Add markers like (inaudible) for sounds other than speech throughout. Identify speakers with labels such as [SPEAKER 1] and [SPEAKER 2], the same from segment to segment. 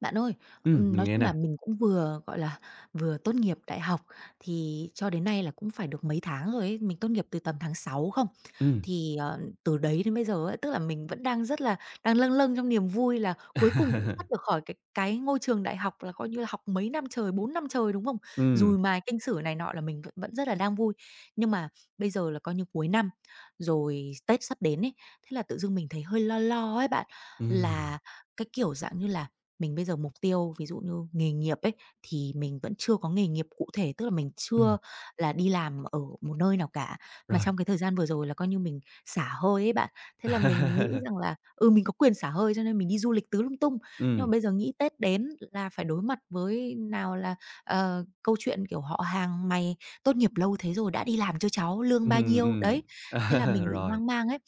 [SPEAKER 1] Bạn ơi,
[SPEAKER 2] Mình
[SPEAKER 1] nói
[SPEAKER 2] nghe
[SPEAKER 1] chung
[SPEAKER 2] nè.
[SPEAKER 1] là mình cũng vừa, gọi là, vừa tốt nghiệp đại học, thì cho đến nay là cũng phải được mấy tháng rồi ấy, mình tốt nghiệp từ tầm tháng 6 không.
[SPEAKER 2] Ừm.
[SPEAKER 1] Thì, từ đấy đến bây giờ ấy, tức là mình vẫn đang rất là đang lâng lâng trong niềm vui là cuối cùng cũng thoát được
[SPEAKER 2] (laughs)
[SPEAKER 1] khỏi cái ngôi trường đại học là coi như là học mấy năm trời, 4 năm trời, đúng không?
[SPEAKER 2] Ừm,
[SPEAKER 1] Dùi mài kinh sử này nọ là mình vẫn vẫn rất là đang vui. Nhưng mà bây giờ là coi như cuối năm, rồi Tết sắp đến ấy, thế là tự dưng mình thấy hơi lo lo ấy bạn,
[SPEAKER 2] ừm,
[SPEAKER 1] là cái kiểu dạng như là mình bây giờ mục tiêu ví dụ như nghề nghiệp ấy, thì mình vẫn chưa có nghề nghiệp cụ thể, tức là mình chưa
[SPEAKER 2] ừm,
[SPEAKER 1] là đi làm ở một nơi nào cả, mà
[SPEAKER 2] rồi.
[SPEAKER 1] trong cái thời gian vừa rồi là coi như mình xả hơi ấy bạn. Thế là mình nghĩ rằng
[SPEAKER 2] (laughs)
[SPEAKER 1] là, ừ, mình có quyền xả hơi cho nên mình đi du lịch tứ lung tung. Nhưng mà
[SPEAKER 2] Ừm,
[SPEAKER 1] bây giờ nghĩ Tết đến là phải đối mặt với nào là, câu chuyện, kiểu, họ hàng: "Mày tốt nghiệp lâu thế rồi đã đi làm chưa cháu? Lương bao
[SPEAKER 2] ừm,
[SPEAKER 1] nhiêu?"
[SPEAKER 2] ừm,
[SPEAKER 1] Đấy, thế là
[SPEAKER 2] (laughs)
[SPEAKER 1] mình bị
[SPEAKER 2] rồi,
[SPEAKER 1] hoang mang ấy.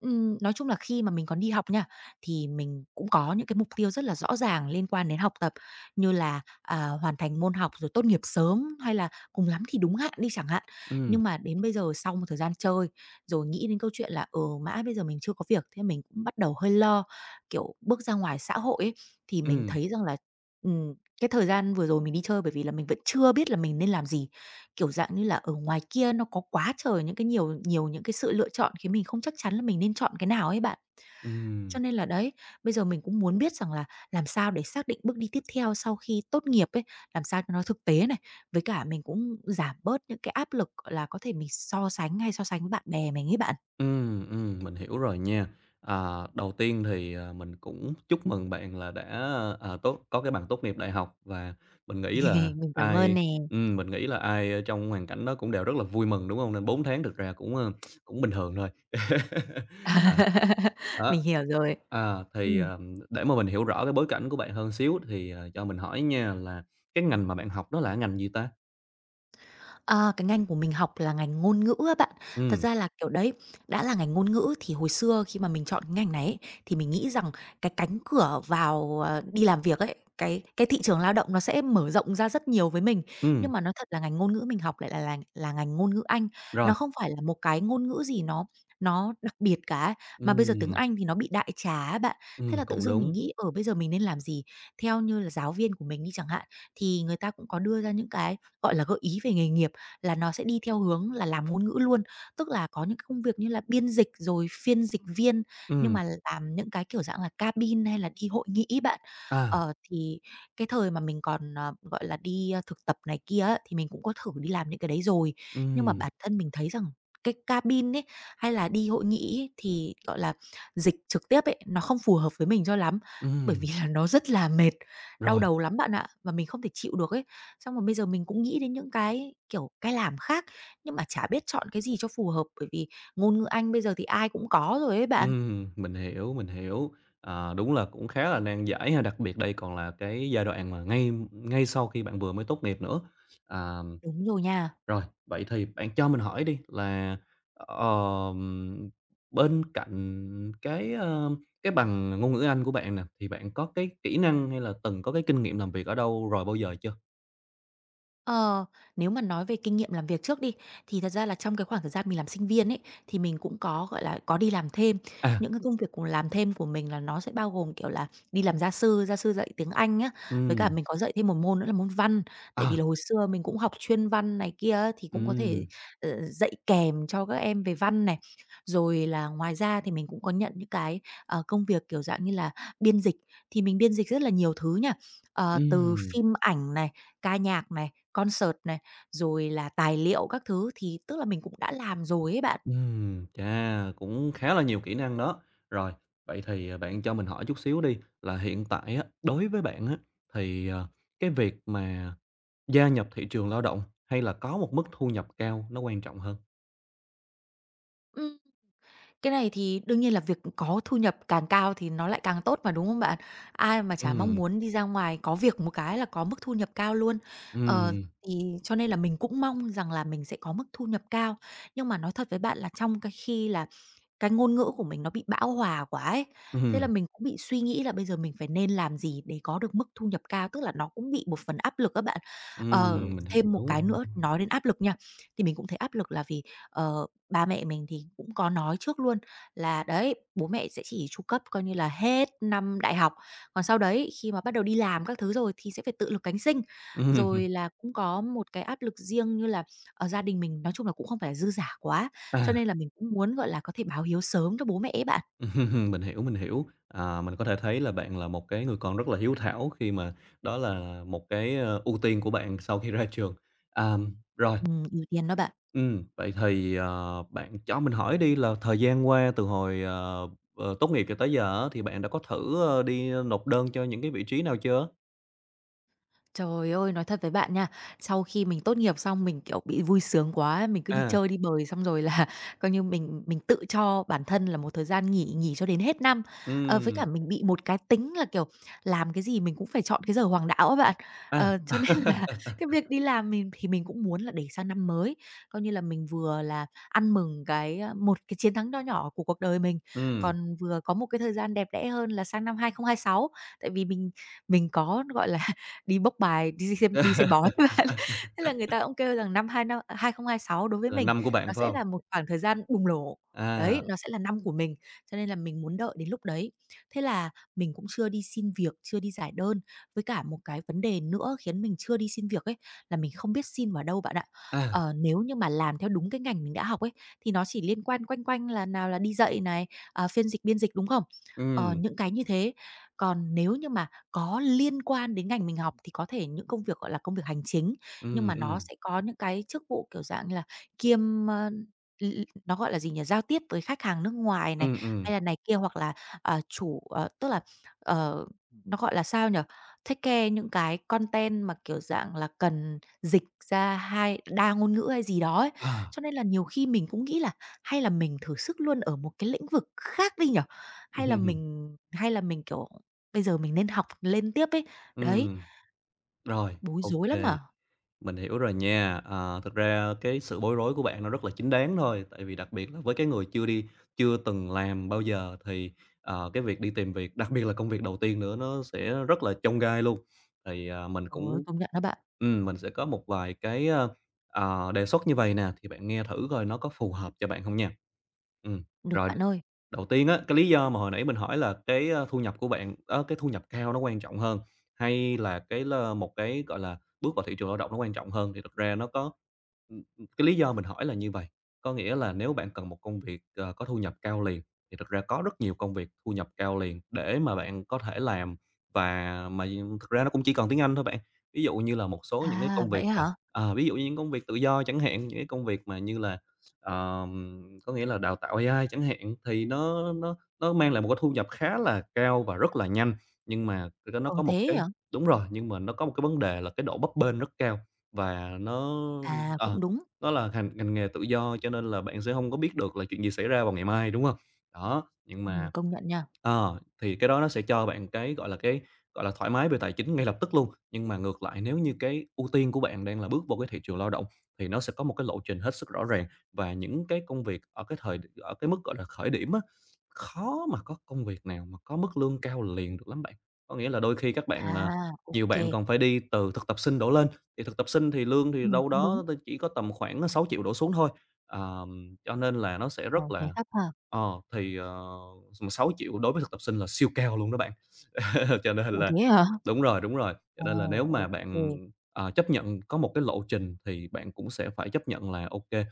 [SPEAKER 1] Nói chung là khi mà mình còn đi học nha, thì mình cũng có những cái mục tiêu rất là rõ ràng liên quan đến học tập như là, à, hoàn thành môn học rồi tốt nghiệp sớm, hay là cùng lắm thì đúng hạn đi chẳng hạn.
[SPEAKER 2] ừm,
[SPEAKER 1] Nhưng mà đến bây giờ sau một thời gian chơi, rồi nghĩ đến câu chuyện là, ừ, mãi bây giờ mình chưa có việc, thế mình cũng bắt đầu hơi lo. Kiểu, bước ra ngoài xã hội ấy, thì mình
[SPEAKER 2] ừm,
[SPEAKER 1] thấy rằng là, ừm, cái thời gian vừa rồi mình đi chơi bởi vì là mình vẫn chưa biết là mình nên làm gì. Kiểu dạng như là, ở ngoài kia nó có quá trời những cái nhiều nhiều những cái sự lựa chọn khiến mình không chắc chắn là mình nên chọn cái nào ấy bạn.
[SPEAKER 2] ừm.
[SPEAKER 1] Cho nên là đấy, bây giờ mình cũng muốn biết rằng là làm sao để xác định bước đi tiếp theo sau khi tốt nghiệp ấy, làm sao cho nó thực tế này, với cả mình cũng giảm bớt những cái áp lực, gọi là, có thể mình so sánh hay so sánh với bạn bè mình ấy bạn.
[SPEAKER 2] Mình hiểu rồi nha. À, đầu tiên thì, mình cũng chúc mừng bạn là đã, à, tốt có cái bằng tốt nghiệp đại học và mình nghĩ là
[SPEAKER 1] (laughs) Mình cảm ơn
[SPEAKER 2] ai
[SPEAKER 1] nè.
[SPEAKER 2] mình nghĩ là ai, trong hoàn cảnh đó cũng đều rất là vui mừng, đúng không? Nên 4 tháng thực ra cũng bình thường thôi. (laughs) À.
[SPEAKER 1] (laughs)
[SPEAKER 2] Đó.
[SPEAKER 1] Mình hiểu rồi.
[SPEAKER 2] À, thì,
[SPEAKER 1] Ừm.
[SPEAKER 2] để mà mình hiểu rõ cái bối cảnh của bạn hơn xíu thì, cho mình hỏi nha là cái ngành mà bạn học đó là ngành gì ta?
[SPEAKER 1] À, cái ngành của mình học là ngành ngôn ngữ á bạn. Thật
[SPEAKER 2] Ừm,
[SPEAKER 1] ra là, kiểu, đấy, đã là ngành ngôn ngữ thì hồi xưa khi mà mình chọn cái ngành này ấy, thì mình nghĩ rằng cái cánh cửa vào, đi làm việc ấy, cái thị trường lao động nó sẽ mở rộng ra rất nhiều với mình. Nhưng
[SPEAKER 2] ừm,
[SPEAKER 1] mà nói thật là ngành ngôn ngữ mình học lại là ngành ngôn ngữ Anh, nó
[SPEAKER 2] rồi,
[SPEAKER 1] không phải là một cái ngôn ngữ gì nó đặc biệt cả, mà bây giờ tiếng
[SPEAKER 2] ừm,
[SPEAKER 1] Anh thì nó bị đại trà á bạn. Thế là tự
[SPEAKER 2] cũng
[SPEAKER 1] dưng mình
[SPEAKER 2] đúng.
[SPEAKER 1] nghĩ, ở bây giờ mình nên làm gì? Theo như là giáo viên của mình đi chẳng hạn, thì người ta cũng có đưa ra những cái, gọi là, gợi ý về nghề nghiệp là nó sẽ đi theo hướng là làm ngôn ngữ luôn. Tức là có những cái công việc như là biên dịch rồi phiên dịch viên, nhưng
[SPEAKER 2] Ừm,
[SPEAKER 1] mà làm những cái, kiểu dạng là, cabin hay là đi hội nghị ấy bạn.
[SPEAKER 2] à.
[SPEAKER 1] Ờ, thì cái thời mà mình còn, gọi là, đi, thực tập này kia á, thì mình cũng có thử đi làm những cái đấy rồi. Nhưng mà
[SPEAKER 2] Ừm,
[SPEAKER 1] bản thân mình thấy rằng cái cabin ấy, hay là đi hội nghị ấy, thì, gọi là, dịch trực tiếp ấy, nó không phù hợp với mình cho lắm, bởi vì
[SPEAKER 2] ừm,
[SPEAKER 1] là nó rất là mệt, đau
[SPEAKER 2] rồi,
[SPEAKER 1] đầu lắm bạn ạ, và mình không thể chịu được ấy. Xong rồi bây giờ mình cũng nghĩ đến những cái, kiểu, cách làm khác, nhưng mà chả biết chọn cái gì cho phù hợp, bởi vì ngôn ngữ Anh bây giờ thì ai cũng có rồi ấy bạn.
[SPEAKER 2] mình hiểu, mình hiểu. Đúng là cũng khá là nan giải ha, đặc biệt đây còn là cái giai đoạn mà ngay ngay sau khi bạn vừa mới tốt nghiệp nữa. À,
[SPEAKER 1] Đúng rồi nha.
[SPEAKER 2] rồi, vậy thì bạn cho mình hỏi đi là, ờm, bên cạnh cái bằng ngôn ngữ Anh của bạn nè, thì bạn có cái kỹ năng hay là từng có cái kinh nghiệm làm việc ở đâu rồi bao giờ chưa?
[SPEAKER 1] Ờ, nếu mà nói về kinh nghiệm làm việc trước đi, thì thật ra là trong cái khoảng thời gian mình làm sinh viên ấy, thì mình cũng có, gọi là, có đi làm thêm.
[SPEAKER 2] À,
[SPEAKER 1] Những cái công việc của làm thêm của mình là nó sẽ bao gồm, kiểu là, đi làm gia sư dạy tiếng Anh á, với cả
[SPEAKER 2] ừm,
[SPEAKER 1] mình có dạy thêm một môn nữa là môn Văn. Tại vì
[SPEAKER 2] à,
[SPEAKER 1] là hồi xưa mình cũng học chuyên Văn này kia á, thì cũng có thể,
[SPEAKER 2] ừm,
[SPEAKER 1] dạy kèm cho các em về Văn này. Rồi là ngoài ra thì mình cũng có nhận những cái, công việc, kiểu, dạng như là biên dịch, thì mình biên dịch rất là nhiều thứ nhá. Ờ, từ
[SPEAKER 2] ừm.
[SPEAKER 1] phim ảnh này, ca nhạc này, concert này, rồi là tài liệu các thứ thì tức là mình cũng đã làm rồi ấy bạn.
[SPEAKER 2] Chà, cũng khá là nhiều kỹ năng đó. Rồi, vậy thì, bạn cho mình hỏi chút xíu đi, là hiện tại á, đối với bạn á, thì, cái việc mà gia nhập thị trường lao động hay là có một mức thu nhập cao nó quan trọng hơn?
[SPEAKER 1] Ừm, cái này thì đương nhiên là việc có thu nhập càng cao thì nó lại càng tốt mà, đúng không bạn? Ai mà chả mong
[SPEAKER 2] Ừm,
[SPEAKER 1] muốn đi ra ngoài có việc một cái là có mức thu nhập cao luôn. Ờ,
[SPEAKER 2] ừm,
[SPEAKER 1] thì cho nên là mình cũng mong rằng là mình sẽ có mức thu nhập cao. Nhưng mà nói thật với bạn là trong cái khi là cái ngôn ngữ của mình nó bị bão hòa quá ấy, thế là
[SPEAKER 2] ừm,
[SPEAKER 1] mình cũng bị suy nghĩ là bây giờ mình phải nên làm gì để có được mức thu nhập cao, tức là nó cũng bị một phần áp lực các bạn. Ờ,
[SPEAKER 2] mình
[SPEAKER 1] thêm một
[SPEAKER 2] hiểu.
[SPEAKER 1] cái nữa nói đến áp lực nha, thì mình cũng thấy áp lực là vì, ba mẹ mình thì cũng có nói trước luôn là đấy, bố mẹ sẽ chỉ chu cấp coi như là hết năm đại học, còn sau đấy khi mà bắt đầu đi làm các thứ rồi thì sẽ phải tự lực cánh sinh.
[SPEAKER 2] Ừm,
[SPEAKER 1] Rồi là cũng có một cái áp lực riêng như là, gia đình mình nói chung là cũng không phải là dư giả quá, cho
[SPEAKER 2] à,
[SPEAKER 1] nên là mình cũng muốn, gọi là, có thể báo hiếu sớm cho bố mẹ ấy bạn.
[SPEAKER 2] (laughs) mình hiểu, mình hiểu. À, mình có thể thấy là bạn là một cái người con rất là hiếu thảo khi mà đó là một ưu tiên của bạn sau khi ra trường. À, rồi.
[SPEAKER 1] Ưu tiên đó bạn.
[SPEAKER 2] Vậy thì, bạn cho mình hỏi đi là thời gian qua từ hồi, tốt nghiệp cho tới giờ á, thì bạn đã có thử, đi nộp đơn cho những cái vị trí nào chưa?
[SPEAKER 1] Trời ơi, nói thật với bạn nha, sau khi mình tốt nghiệp xong mình, kiểu, bị vui sướng quá, mình cứ đi
[SPEAKER 2] À,
[SPEAKER 1] chơi, đi bời xong rồi là (laughs) coi như mình tự cho bản thân là một thời gian nghỉ, nghỉ cho đến hết năm. Ờ, với cả
[SPEAKER 2] ừm,
[SPEAKER 1] mình bị một cái tính là, kiểu, làm cái gì mình cũng phải chọn cái giờ hoàng đạo á bạn.
[SPEAKER 2] à,
[SPEAKER 1] Ờ, cho nên
[SPEAKER 2] (laughs)
[SPEAKER 1] là (laughs) cái việc đi làm mình thì mình cũng muốn là để sang năm mới, coi như là mình vừa là ăn mừng cái, một cái chiến thắng nho nhỏ của cuộc đời mình,
[SPEAKER 2] ừm,
[SPEAKER 1] còn vừa có một cái thời gian đẹp đẽ hơn là sang năm 2026. Tại vì mình có, gọi là, đi bốc bài, đi xem bói (laughs)
[SPEAKER 2] (laughs)
[SPEAKER 1] với bạn. Thế là người ta cũng kêu rằng năm 2026 đối với
[SPEAKER 2] là
[SPEAKER 1] mình
[SPEAKER 2] năm của
[SPEAKER 1] nó
[SPEAKER 2] bạn phải
[SPEAKER 1] sẽ
[SPEAKER 2] không?
[SPEAKER 1] là một khoảng thời gian bùng nổ. Đấy,
[SPEAKER 2] À,
[SPEAKER 1] nó sẽ là năm của mình, cho nên là mình muốn đợi đến lúc đấy. Thế là mình cũng chưa đi xin việc, chưa đi giải đơn, với cả một cái vấn đề nữa khiến mình chưa đi xin việc ấy, là mình không biết xin vào đâu bạn ạ.
[SPEAKER 2] à,
[SPEAKER 1] Ờ, nếu như mà làm theo đúng cái ngành mình đã học ấy, thì nó chỉ liên quan quanh quanh là nào là đi dạy này, à, phiên dịch, biên dịch, đúng không? Ờ,
[SPEAKER 2] ừm,
[SPEAKER 1] những cái như thế. Còn nếu như mà có liên quan đến ngành mình học thì có thể những công việc, gọi là, công việc hành chính, nhưng
[SPEAKER 2] ừm,
[SPEAKER 1] mà nó
[SPEAKER 2] ừm,
[SPEAKER 1] sẽ có những cái chức vụ, kiểu dạng như là, kiêm, ơ, l l nó, gọi là gì nhỉ, giao tiếp với khách hàng nước ngoài này,
[SPEAKER 2] ừm,
[SPEAKER 1] hay
[SPEAKER 2] ừm,
[SPEAKER 1] là này kia, hoặc là, tức là, ờ, nó, gọi là, sao nhỉ, take care những cái content mà, kiểu dạng là, cần dịch ra hai đa ngôn ngữ hay gì đó ấy.
[SPEAKER 2] à,
[SPEAKER 1] Cho nên là nhiều khi mình cũng nghĩ là hay là mình thử sức luôn ở một cái lĩnh vực khác đi nhỉ?
[SPEAKER 2] (laughs) ừm,
[SPEAKER 1] Kiểu, bây giờ mình nên học lên tiếp ấy. Đấy,
[SPEAKER 2] rồi,
[SPEAKER 1] bối
[SPEAKER 2] OK.
[SPEAKER 1] rối lắm à.
[SPEAKER 2] Mình hiểu rồi nha. Ờ, Thực ra cái sự bối rối của bạn nó rất là chính đáng thôi, tại vì đặc biệt là với cái người chưa từng làm bao giờ thì, cái việc đi tìm việc, đặc biệt là công việc đầu tiên nữa nó sẽ rất là chông gai luôn. Thì,
[SPEAKER 1] Trời ơi, công nhận đó bạn.
[SPEAKER 2] mình sẽ có một vài cái, ơ, ờ, à, đề xuất như vậy nè, thì bạn nghe thử coi nó có phù hợp cho bạn không nha. Ừ,
[SPEAKER 1] Không. Được
[SPEAKER 2] rồi.
[SPEAKER 1] bạn ơi.
[SPEAKER 2] Đầu tiên á, cái lý do mà hồi nãy mình hỏi là cái, ơ, thu nhập của bạn ơ, cái thu nhập cao nó quan trọng hơn, hay là cái là một cái, gọi là, bước vào thị trường lao động nó quan trọng hơn, thì thực ra nó có cái lý do mình hỏi là như vậy có nghĩa là nếu bạn cần một công việc, có thu nhập cao liền, thì thực ra có rất nhiều công việc thu nhập cao liền để mà bạn có thể làm và mà thực ra nó cũng chỉ cần tiếng Anh thôi bạn. Ví dụ như là một số những cái
[SPEAKER 1] À,
[SPEAKER 2] công
[SPEAKER 1] vậy
[SPEAKER 2] việc,
[SPEAKER 1] á hả?
[SPEAKER 2] ví dụ như những công việc tự do chẳng hạn, những cái công việc mà như là. Có nghĩa là đào tạo AI chẳng hạn, thì nó mang lại một cái thu nhập khá là cao và rất là nhanh, nhưng mà cái ra nó
[SPEAKER 1] Ờ,
[SPEAKER 2] có một
[SPEAKER 1] thế hả?
[SPEAKER 2] cái đúng rồi, nhưng mà nó có một cái vấn đề là cái độ bấp bênh rất cao và
[SPEAKER 1] À, cũng
[SPEAKER 2] ờ,
[SPEAKER 1] đúng.
[SPEAKER 2] nó là ngành nghề tự do cho nên là bạn sẽ không có biết được là chuyện gì xảy ra vào ngày mai, đúng không? Đó, nhưng mà.
[SPEAKER 1] Công nhận nha.
[SPEAKER 2] Thì cái đó nó sẽ cho bạn cái, gọi là, thoải mái về tài chính ngay lập tức luôn. Nhưng mà ngược lại nếu như cái ưu tiên của bạn đang là bước vào cái thị trường lao động thì nó sẽ có một cái lộ trình hết sức rõ ràng và những cái công việc ở cái mức, gọi là, khởi điểm á, khó mà có công việc nào mà có mức lương cao liền được lắm bạn. Có nghĩa là đôi khi các
[SPEAKER 1] À,
[SPEAKER 2] bạn, ờ
[SPEAKER 1] ok
[SPEAKER 2] nhiều
[SPEAKER 1] kê.
[SPEAKER 2] bạn còn phải đi từ thực tập sinh đổ lên, thì thực tập sinh thì lương thì
[SPEAKER 1] Cũng
[SPEAKER 2] đâu
[SPEAKER 1] đúng.
[SPEAKER 2] đó ờ, chỉ có tầm khoảng 6 triệu đổ xuống thôi. Cho nên là nó sẽ
[SPEAKER 1] Ờ,
[SPEAKER 2] rất
[SPEAKER 1] thế
[SPEAKER 2] là.
[SPEAKER 1] thấp ha.
[SPEAKER 2] Ờ, thì, ờ, s mà 6.000 đối với thực tập sinh là siêu cao luôn đó bạn, (laughs) cho nên
[SPEAKER 1] Ủa,
[SPEAKER 2] là.
[SPEAKER 1] thế hả?
[SPEAKER 2] Đúng rồi, đúng rồi. Cho
[SPEAKER 1] Ồ,
[SPEAKER 2] nên là nếu
[SPEAKER 1] ô
[SPEAKER 2] mà
[SPEAKER 1] kê.
[SPEAKER 2] bạn, chấp nhận có một cái lộ trình thì bạn cũng sẽ phải chấp nhận là, ok kê,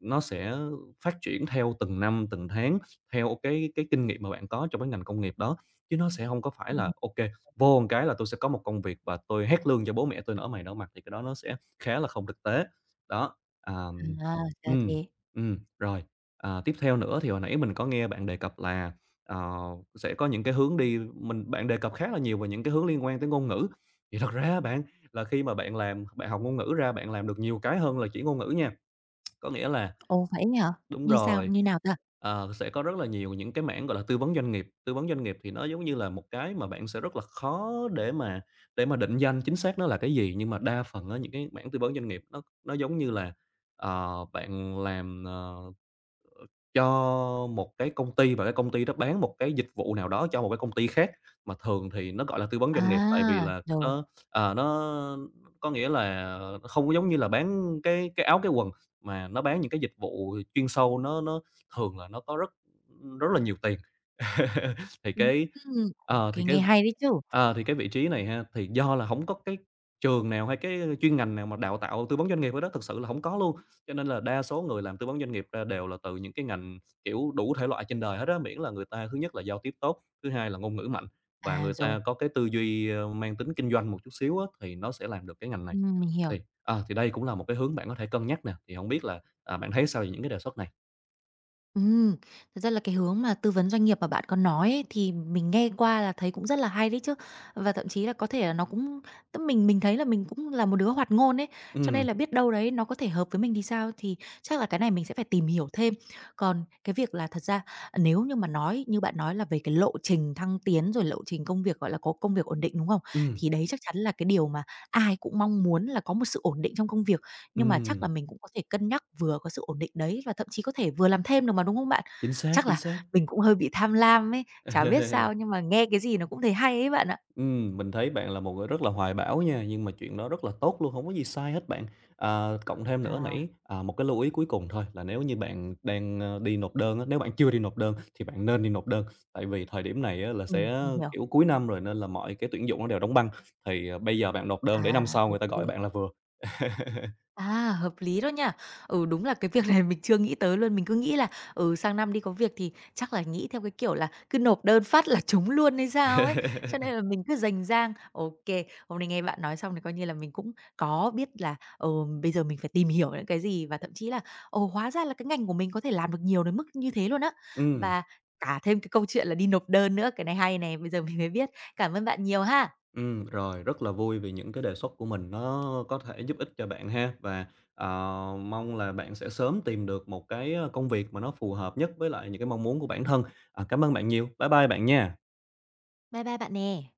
[SPEAKER 2] nó sẽ phát triển theo từng năm, từng tháng, theo cái kinh nghiệm mà bạn có trong cái ngành công nghiệp đó, chứ nó sẽ không có phải là, ok vô một cái là tôi sẽ có một công việc và tôi hét lương cho bố mẹ tôi nở mày nở mặt, thì cái đó nó sẽ khá là không thực tế. Đó, ờm,
[SPEAKER 1] À, ra
[SPEAKER 2] ừ
[SPEAKER 1] thế.
[SPEAKER 2] rồi, à, tiếp theo nữa thì hồi nãy mình có nghe bạn đề cập là. Ờ, sẽ có những cái hướng đi bạn đề cập khá là nhiều về những cái hướng liên quan tới ngôn ngữ. Thì thật ra bạn, là khi mà bạn học ngôn ngữ ra, bạn làm được nhiều cái hơn là chỉ ngôn ngữ nha. Có nghĩa là
[SPEAKER 1] Ồ, vậy ấy hả?
[SPEAKER 2] đúng
[SPEAKER 1] Như sao?
[SPEAKER 2] rồi,
[SPEAKER 1] Như nào ta?
[SPEAKER 2] sẽ có rất là nhiều những cái mảng, gọi là, tư vấn doanh nghiệp. Tư vấn doanh nghiệp thì nó giống như là một cái mà bạn sẽ rất là khó để mà định danh chính xác nó là cái gì, nhưng mà đa phần á những cái mảng tư vấn doanh nghiệp nó giống như là, bạn làm, cho một cái công ty và cái công ty đó bán một cái dịch vụ nào đó cho một cái công ty khác, mà thường thì nó gọi là tư vấn doanh nghiệp, tại vì
[SPEAKER 1] À,
[SPEAKER 2] là
[SPEAKER 1] rồi.
[SPEAKER 2] nó có nghĩa là nó không có giống như là bán cái áo, cái quần, mà nó bán những cái dịch vụ chuyên sâu, nó thường là nó có rất rất là nhiều tiền. (laughs) Thì cái
[SPEAKER 1] Ừm, ô
[SPEAKER 2] ờ, thì cái
[SPEAKER 1] nghe hay đấy chứ.
[SPEAKER 2] thì cái vị trí này ha, thì do là không có cái trường nào hay cái chuyên ngành nào mà đào tạo tư vấn doanh nghiệp hết đó thực sự là không có luôn. Cho nên là đa số người làm tư vấn doanh nghiệp ra đều là từ những cái ngành, kiểu, đủ thể loại trên đời hết á, miễn là người ta thứ nhất là giao tiếp tốt, thứ hai là ngôn ngữ mạnh và
[SPEAKER 1] À,
[SPEAKER 2] người
[SPEAKER 1] rồi.
[SPEAKER 2] ta có cái tư duy, mang tính kinh doanh một chút xíu á, thì nó sẽ làm được cái ngành này.
[SPEAKER 1] Mình hiểu.
[SPEAKER 2] Thì đây cũng là một cái hướng bạn có thể cân nhắc nè, thì không biết là, à, bạn thấy sao về những cái đề xuất này?
[SPEAKER 1] Ừm, thật ra là cái hướng mà tư vấn doanh nghiệp mà bạn có nói ấy, thì mình nghe qua là thấy cũng rất là hay đấy chứ. Và thậm chí là có thể là nó cũng tức mình thấy là mình cũng là một đứa hoạt ngôn ấy, cho nên
[SPEAKER 2] Ừm,
[SPEAKER 1] là biết đâu đấy nó có thể hợp với mình thì sao, thì chắc là cái này mình sẽ phải tìm hiểu thêm. Còn cái việc là thật ra à, nếu như mà nói như bạn nói là về cái lộ trình thăng tiến, rồi lộ trình công việc, gọi là, có công việc ổn định, đúng không?
[SPEAKER 2] ừm,
[SPEAKER 1] Thì đấy chắc chắn là cái điều mà ai cũng mong muốn là có một sự ổn định trong công việc. Nhưng mà chắc là
[SPEAKER 2] ừm,
[SPEAKER 1] mình cũng có thể cân nhắc vừa có sự ổn định đấy và thậm chí có thể vừa làm thêm được mà, đúng không bạn?
[SPEAKER 2] chính xác,
[SPEAKER 1] Chắc
[SPEAKER 2] chính
[SPEAKER 1] là
[SPEAKER 2] xác.
[SPEAKER 1] mình cũng hơi bị tham lam ấy, chả biết sao
[SPEAKER 2] (laughs)
[SPEAKER 1] nhưng mà nghe cái gì nó cũng thấy hay ấy bạn ạ.
[SPEAKER 2] Mình thấy bạn là một người rất là hoài bão nha, nhưng mà chuyện đó rất là tốt luôn, không có gì sai hết bạn. À, cộng thêm nữa
[SPEAKER 1] À,
[SPEAKER 2] nãy, một cái lưu ý cuối cùng thôi là nếu như bạn đang, đi nộp đơn á, nếu bạn chưa đi nộp đơn thì bạn nên đi nộp đơn, tại vì thời điểm này á là sẽ,
[SPEAKER 1] mình hiểu.
[SPEAKER 2] kiểu, cuối năm rồi nên là mọi cái tuyển dụng nó đều đóng băng, thì, bây giờ bạn nộp đơn để năm
[SPEAKER 1] À,
[SPEAKER 2] sau người ta gọi
[SPEAKER 1] OK.
[SPEAKER 2] bạn là vừa. (laughs)
[SPEAKER 1] À, hợp lý đó nha. Ừ, đúng là cái việc này (laughs) mình chưa nghĩ tới luôn, mình cứ nghĩ là, ừ, sang năm đi có việc thì chắc là nghĩ theo cái kiểu là cứ nộp đơn phát là (laughs) trúng luôn hay sao ấy, cho nên là
[SPEAKER 2] (laughs)
[SPEAKER 1] mình cứ rành rang. OK, hôm nay nghe bạn nói xong thì coi như là mình cũng có biết là, bây giờ mình phải tìm hiểu những cái gì và thậm chí là, ồ, hóa ra là cái ngành của mình có thể làm được nhiều đến mức như thế luôn á.
[SPEAKER 2] Ừm.
[SPEAKER 1] Và cả thêm cái câu chuyện là đi nộp đơn nữa, cái này hay này, bây giờ mình mới biết. Cảm ơn bạn nhiều ha.
[SPEAKER 2] Rồi, rất là vui vì những cái đề xuất của mình nó có thể giúp ích cho bạn ha. Và, ờ, mong là bạn sẽ sớm tìm được một công việc mà nó phù hợp nhất với lại những cái mong muốn của bản thân. À, cảm ơn bạn nhiều. Bye bye bạn nha.
[SPEAKER 1] Bye bye bạn nè.